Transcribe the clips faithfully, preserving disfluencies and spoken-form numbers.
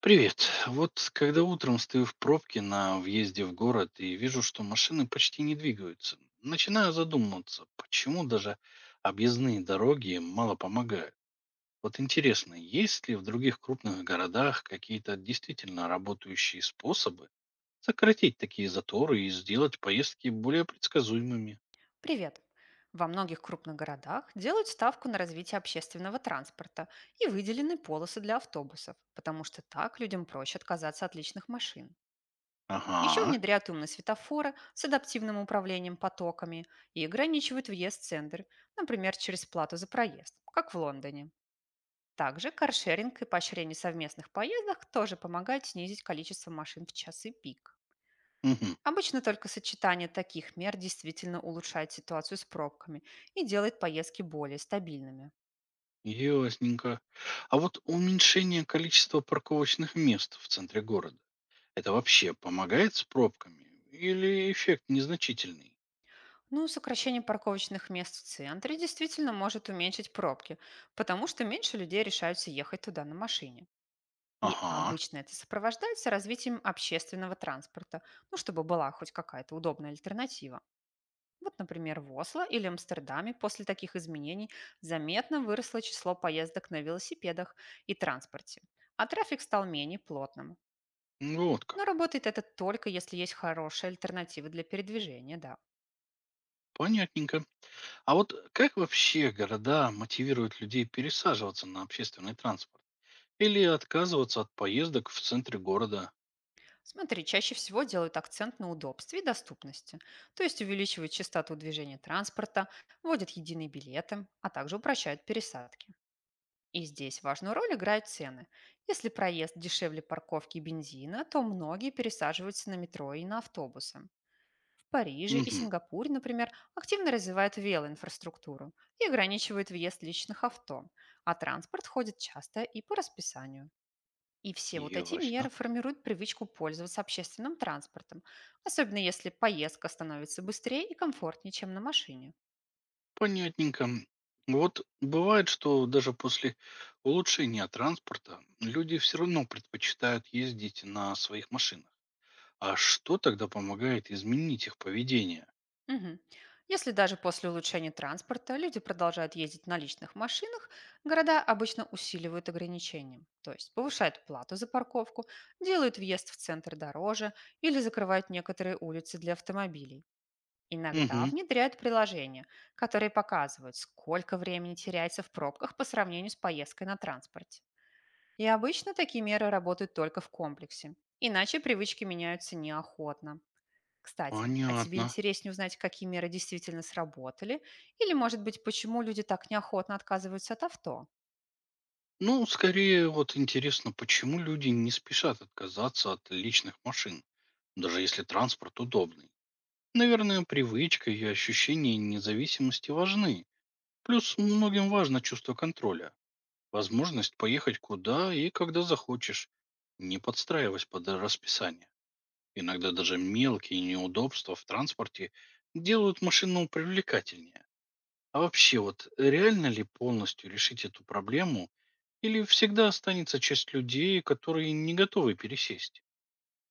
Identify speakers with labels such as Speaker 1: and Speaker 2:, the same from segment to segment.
Speaker 1: Привет. Вот когда утром стою в пробке на въезде в город и вижу, что машины почти не двигаются, начинаю задумываться, почему даже объездные дороги мало помогают. Вот интересно, есть ли в других крупных городах какие-то действительно работающие способы сократить такие заторы и сделать поездки более предсказуемыми?
Speaker 2: Привет! Во многих крупных городах делают ставку на развитие общественного транспорта и выделены полосы для автобусов, потому что так людям проще отказаться от личных машин. Еще
Speaker 1: Ага.
Speaker 2: внедряют умные светофоры с адаптивным управлением потоками и ограничивают въезд в центр, например, через плату за проезд, как в Лондоне. Также каршеринг и поощрение совместных поездок тоже помогают снизить количество машин в часы пик.
Speaker 1: Угу.
Speaker 2: Обычно только сочетание таких мер действительно улучшает ситуацию с пробками и делает поездки более стабильными.
Speaker 1: Ясненько. А вот уменьшение количества парковочных мест в центре города это вообще помогает с пробками? Или эффект незначительный?
Speaker 2: Ну, сокращение парковочных мест в центре действительно может уменьшить пробки, потому что меньше людей решаются ехать туда на машине. И
Speaker 1: Ага,
Speaker 2: обычно это сопровождается развитием общественного транспорта, ну, чтобы была хоть какая-то удобная альтернатива. Вот, например, в Осло или Амстердаме после таких изменений заметно выросло число поездок на велосипедах и транспорте, а трафик стал менее плотным.
Speaker 1: ну вот
Speaker 2: Но
Speaker 1: как.
Speaker 2: работает это только если есть хорошие альтернативы для передвижения, да.
Speaker 1: Понятненько. А вот как вообще города мотивируют людей пересаживаться на общественный транспорт? Или отказываться от поездок в центре города?
Speaker 2: Смотри, чаще всего делают акцент на удобстве и доступности, то есть увеличивают частоту движения транспорта, вводят единые билеты, а также упрощают пересадки. И здесь важную роль играют цены. Если проезд дешевле парковки и бензина, то многие пересаживаются на метро и на автобусы. В Париже и
Speaker 1: Угу,
Speaker 2: Сингапуре, например, активно развивают велоинфраструктуру и ограничивают въезд личных авто, а транспорт ходит часто и по расписанию. И все вот эти меры
Speaker 1: ясно.
Speaker 2: формируют привычку пользоваться общественным транспортом, особенно если поездка становится быстрее и комфортнее, чем на машине.
Speaker 1: Понятненько. Вот бывает, что даже после улучшения транспорта люди все равно предпочитают ездить на своих машинах. А что тогда помогает изменить их поведение?
Speaker 2: Мгм. Если даже после улучшения транспорта люди продолжают ездить на личных машинах, города обычно усиливают ограничения, то есть повышают плату за парковку, делают въезд в центр дороже или закрывают некоторые улицы для автомобилей. Иногда
Speaker 1: Угу.
Speaker 2: внедряют приложения, которые показывают, сколько времени теряется в пробках по сравнению с поездкой на транспорте. И обычно такие меры работают только в комплексе, иначе привычки меняются неохотно. Кстати, а тебе
Speaker 1: Понятно.
Speaker 2: интереснее узнать, какие меры действительно сработали? Или, может быть, почему люди так неохотно отказываются от авто?
Speaker 1: Ну, скорее вот интересно, почему люди не спешат отказаться от личных машин, даже если транспорт удобный. Наверное, привычка и ощущение независимости важны. Плюс многим важно чувство контроля, возможность поехать куда и когда захочешь, не подстраиваясь под расписание. Иногда даже мелкие неудобства в транспорте делают машину привлекательнее. А вообще вот реально ли полностью решить эту проблему, или всегда останется часть людей, которые не готовы пересесть?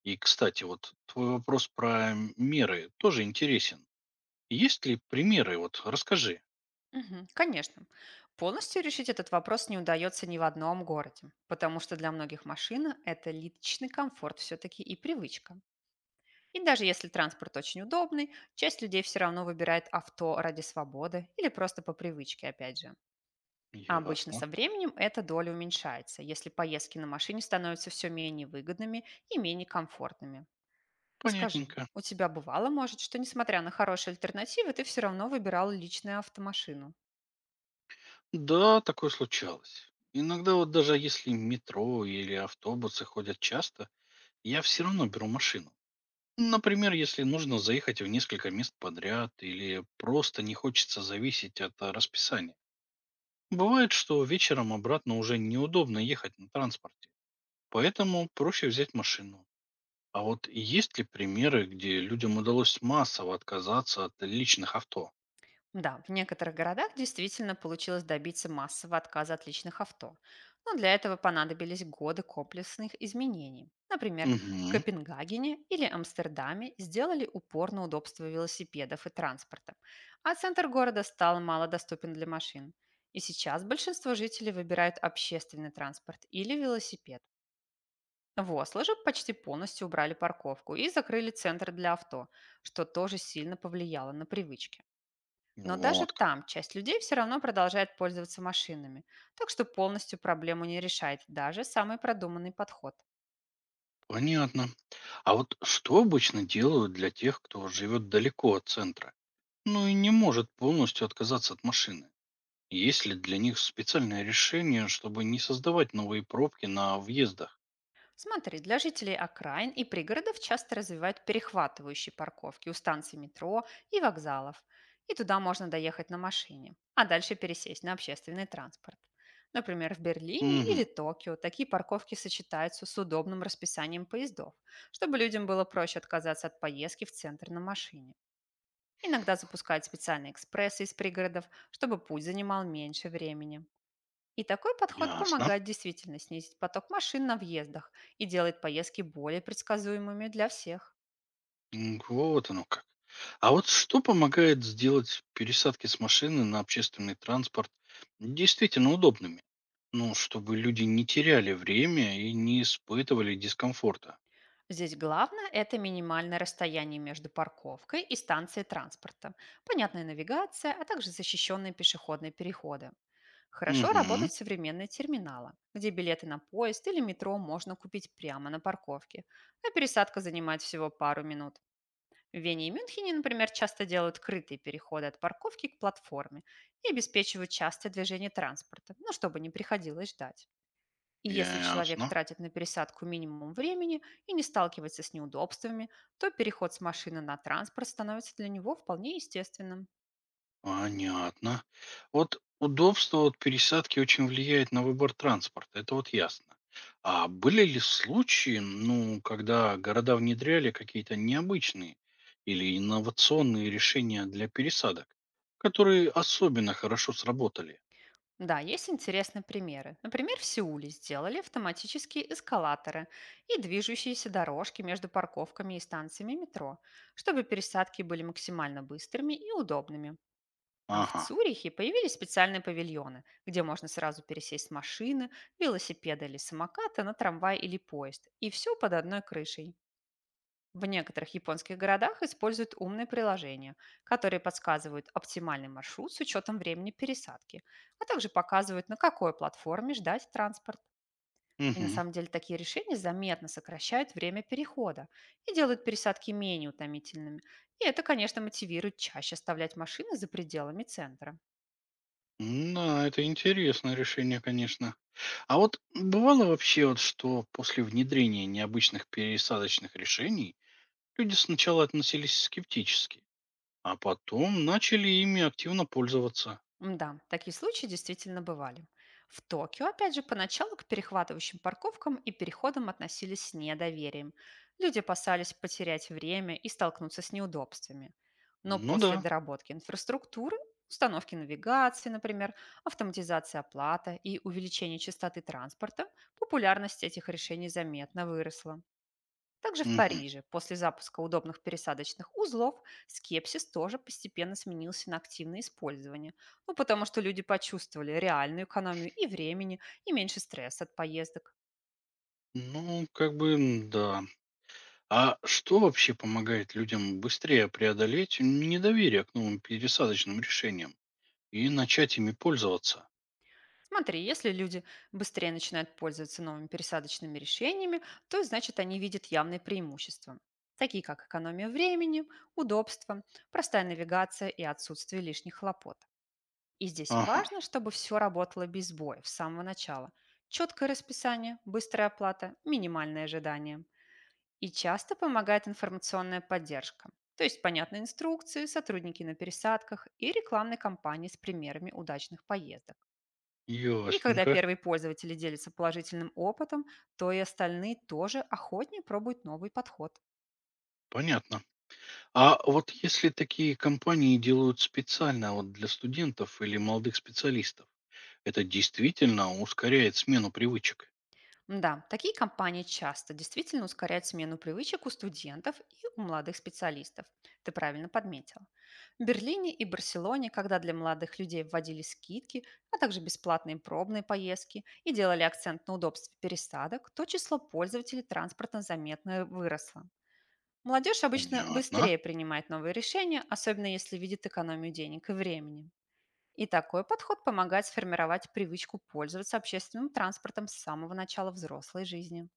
Speaker 1: И, кстати, вот твой вопрос про меры тоже интересен. Есть ли примеры? Вот расскажи.
Speaker 2: Мгм, конечно. Полностью решить этот вопрос не удается ни в одном городе, потому что для многих машина– это личный комфорт все-таки и привычка. И даже если транспорт очень удобный, часть людей все равно выбирает авто ради свободы или просто по привычке, опять же. А обычно
Speaker 1: Ясно.
Speaker 2: со временем эта доля уменьшается, если поездки на машине становятся все менее выгодными и менее комфортными. Ну скажи,
Speaker 1: Понятненько.
Speaker 2: у тебя бывало, может, что несмотря на хорошие альтернативы, ты все равно выбирал личную автомашину?
Speaker 1: Да, такое случалось. Иногда вот даже если метро или автобусы ходят часто, я все равно беру машину. Например, если нужно заехать в несколько мест подряд или просто не хочется зависеть от э, расписания. Бывает, что вечером обратно уже неудобно ехать на транспорте. Поэтому проще взять машину. А вот есть ли примеры, где людям удалось массово отказаться от личных авто?
Speaker 2: Да, в некоторых городах действительно получилось добиться массового отказа от личных авто, но для этого понадобились годы комплексных изменений. Например, в
Speaker 1: Угу.
Speaker 2: Копенгагене или Амстердаме сделали упор на удобство велосипедов и транспорта, а центр города стал малодоступен для машин. И сейчас большинство жителей выбирают общественный транспорт или велосипед. В Осло же почти полностью убрали парковку и закрыли центр для авто, что тоже сильно повлияло на привычки. Но даже
Speaker 1: Вот как.
Speaker 2: там часть людей все равно продолжает пользоваться машинами, так что полностью проблему не решает даже самый продуманный подход.
Speaker 1: Понятно. А вот что обычно делают для тех, кто живет далеко от центра, ну и не может полностью отказаться от машины? Есть ли для них специальное решение, чтобы не создавать новые пробки на въездах?
Speaker 2: Смотри, для жителей окраин и пригородов часто развивают перехватывающие парковки у станций метро и вокзалов. И туда можно доехать на машине, а дальше пересесть на общественный транспорт. Например, в Берлине или
Speaker 1: Угу.
Speaker 2: Токио такие парковки сочетаются с удобным расписанием поездов, чтобы людям было проще отказаться от поездки в центр на машине. Иногда запускают специальные экспрессы из пригородов, чтобы путь занимал меньше времени. И такой подход
Speaker 1: Ясно.
Speaker 2: помогает действительно снизить поток машин на въездах и делает поездки более предсказуемыми для всех.
Speaker 1: М, вот оно как. А вот что помогает сделать пересадки с машины на общественный транспорт действительно удобными? Ну, чтобы люди не теряли время и не испытывали дискомфорта.
Speaker 2: Здесь главное– это минимальное расстояние между парковкой и станцией транспорта, понятная навигация, а также защищенные пешеходные переходы. Хорошо
Speaker 1: Угу,
Speaker 2: работают современные терминалы, где билеты на поезд или метро можно купить прямо на парковке, а пересадка занимает всего пару минут. В Вене и Мюнхене, например, часто делают крытые переходы от парковки к платформе и обеспечивают частое движение транспорта, ну, чтобы не приходилось ждать. И если человек
Speaker 1: ясно.
Speaker 2: тратит на пересадку минимум времени и не сталкивается с неудобствами, то переход с машины на транспорт становится для него вполне естественным.
Speaker 1: Понятно. Вот удобство от пересадки очень влияет на выбор транспорта, это вот ясно. А были ли случаи, ну, когда города внедряли какие-то необычные или инновационные решения для пересадок, которые особенно хорошо сработали?
Speaker 2: Да, есть интересные примеры. Например, в Сеуле сделали автоматические эскалаторы и движущиеся дорожки между парковками и станциями метро, чтобы пересадки были максимально быстрыми и удобными. А в
Speaker 1: Ага.
Speaker 2: Цюрихе появились специальные павильоны, где можно сразу пересесть с машины, велосипеда или самоката на трамвай или поезд. И все под одной крышей. В некоторых японских городах используют умные приложения, которые подсказывают оптимальный маршрут с учетом времени пересадки, а также показывают, на какой платформе ждать транспорт. И на
Speaker 1: Угу.
Speaker 2: самом деле такие решения заметно сокращают время перехода и делают пересадки менее утомительными. И это, конечно, мотивирует чаще оставлять машины за пределами центра.
Speaker 1: Да, это интересное решение, конечно. А вот бывало вообще, вот, что после внедрения необычных пересадочных решений люди сначала относились скептически? А потом начали ими активно пользоваться.
Speaker 2: Да, такие случаи действительно бывали. В Токио, опять же, поначалу к перехватывающим парковкам и переходам относились с недоверием. Люди опасались потерять время и столкнуться с неудобствами. Но
Speaker 1: Ну
Speaker 2: после
Speaker 1: да.
Speaker 2: доработки инфраструктуры, установки навигации, например, автоматизации оплаты и увеличения частоты транспорта, популярность этих решений заметно выросла. Также в
Speaker 1: Мгм.
Speaker 2: Париже после запуска удобных пересадочных узлов скепсис тоже постепенно сменился на активное использование. Ну, потому что люди почувствовали реальную экономию и времени, и меньше стресса от поездок.
Speaker 1: Ну, как бы, м, да. А что вообще помогает людям быстрее преодолеть недоверие к новым пересадочным решениям и начать ими пользоваться?
Speaker 2: Смотри, если люди быстрее начинают пользоваться новыми пересадочными решениями, то значит они видят явные преимущества, такие как экономия времени, удобство, простая навигация и отсутствие лишних хлопот. И здесь
Speaker 1: Ага,
Speaker 2: важно, чтобы все работало без боев с самого начала. Четкое расписание, быстрая оплата, минимальные ожидания. И часто помогает информационная поддержка. То есть понятные инструкции, сотрудники на пересадках и рекламные кампании с примерами удачных поездок. И когда
Speaker 1: ясненько.
Speaker 2: первые пользователи делятся положительным опытом, то и остальные тоже охотнее пробуют новый подход.
Speaker 1: Понятно. А вот если такие компании делают специально вот для студентов или молодых специалистов, это действительно ускоряет смену привычек?
Speaker 2: Да, такие компании часто действительно ускоряют смену привычек у студентов и у молодых специалистов. Ты правильно подметил. В Берлине и Барселоне, когда для молодых людей вводили скидки, а также бесплатные пробные поездки и делали акцент на удобстве пересадок, то число пользователей транспорта заметно выросло. Молодежь обычно
Speaker 1: Понятно.
Speaker 2: быстрее принимает новые решения, особенно если видит экономию денег и времени. И такой подход помогает сформировать привычку пользоваться общественным транспортом с самого начала взрослой жизни.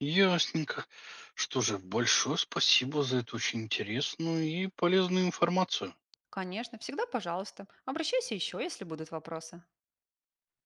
Speaker 1: Ясненько. Что же, большое спасибо за эту очень интересную и полезную информацию.
Speaker 2: Конечно, всегда пожалуйста. Обращайся еще, если будут вопросы.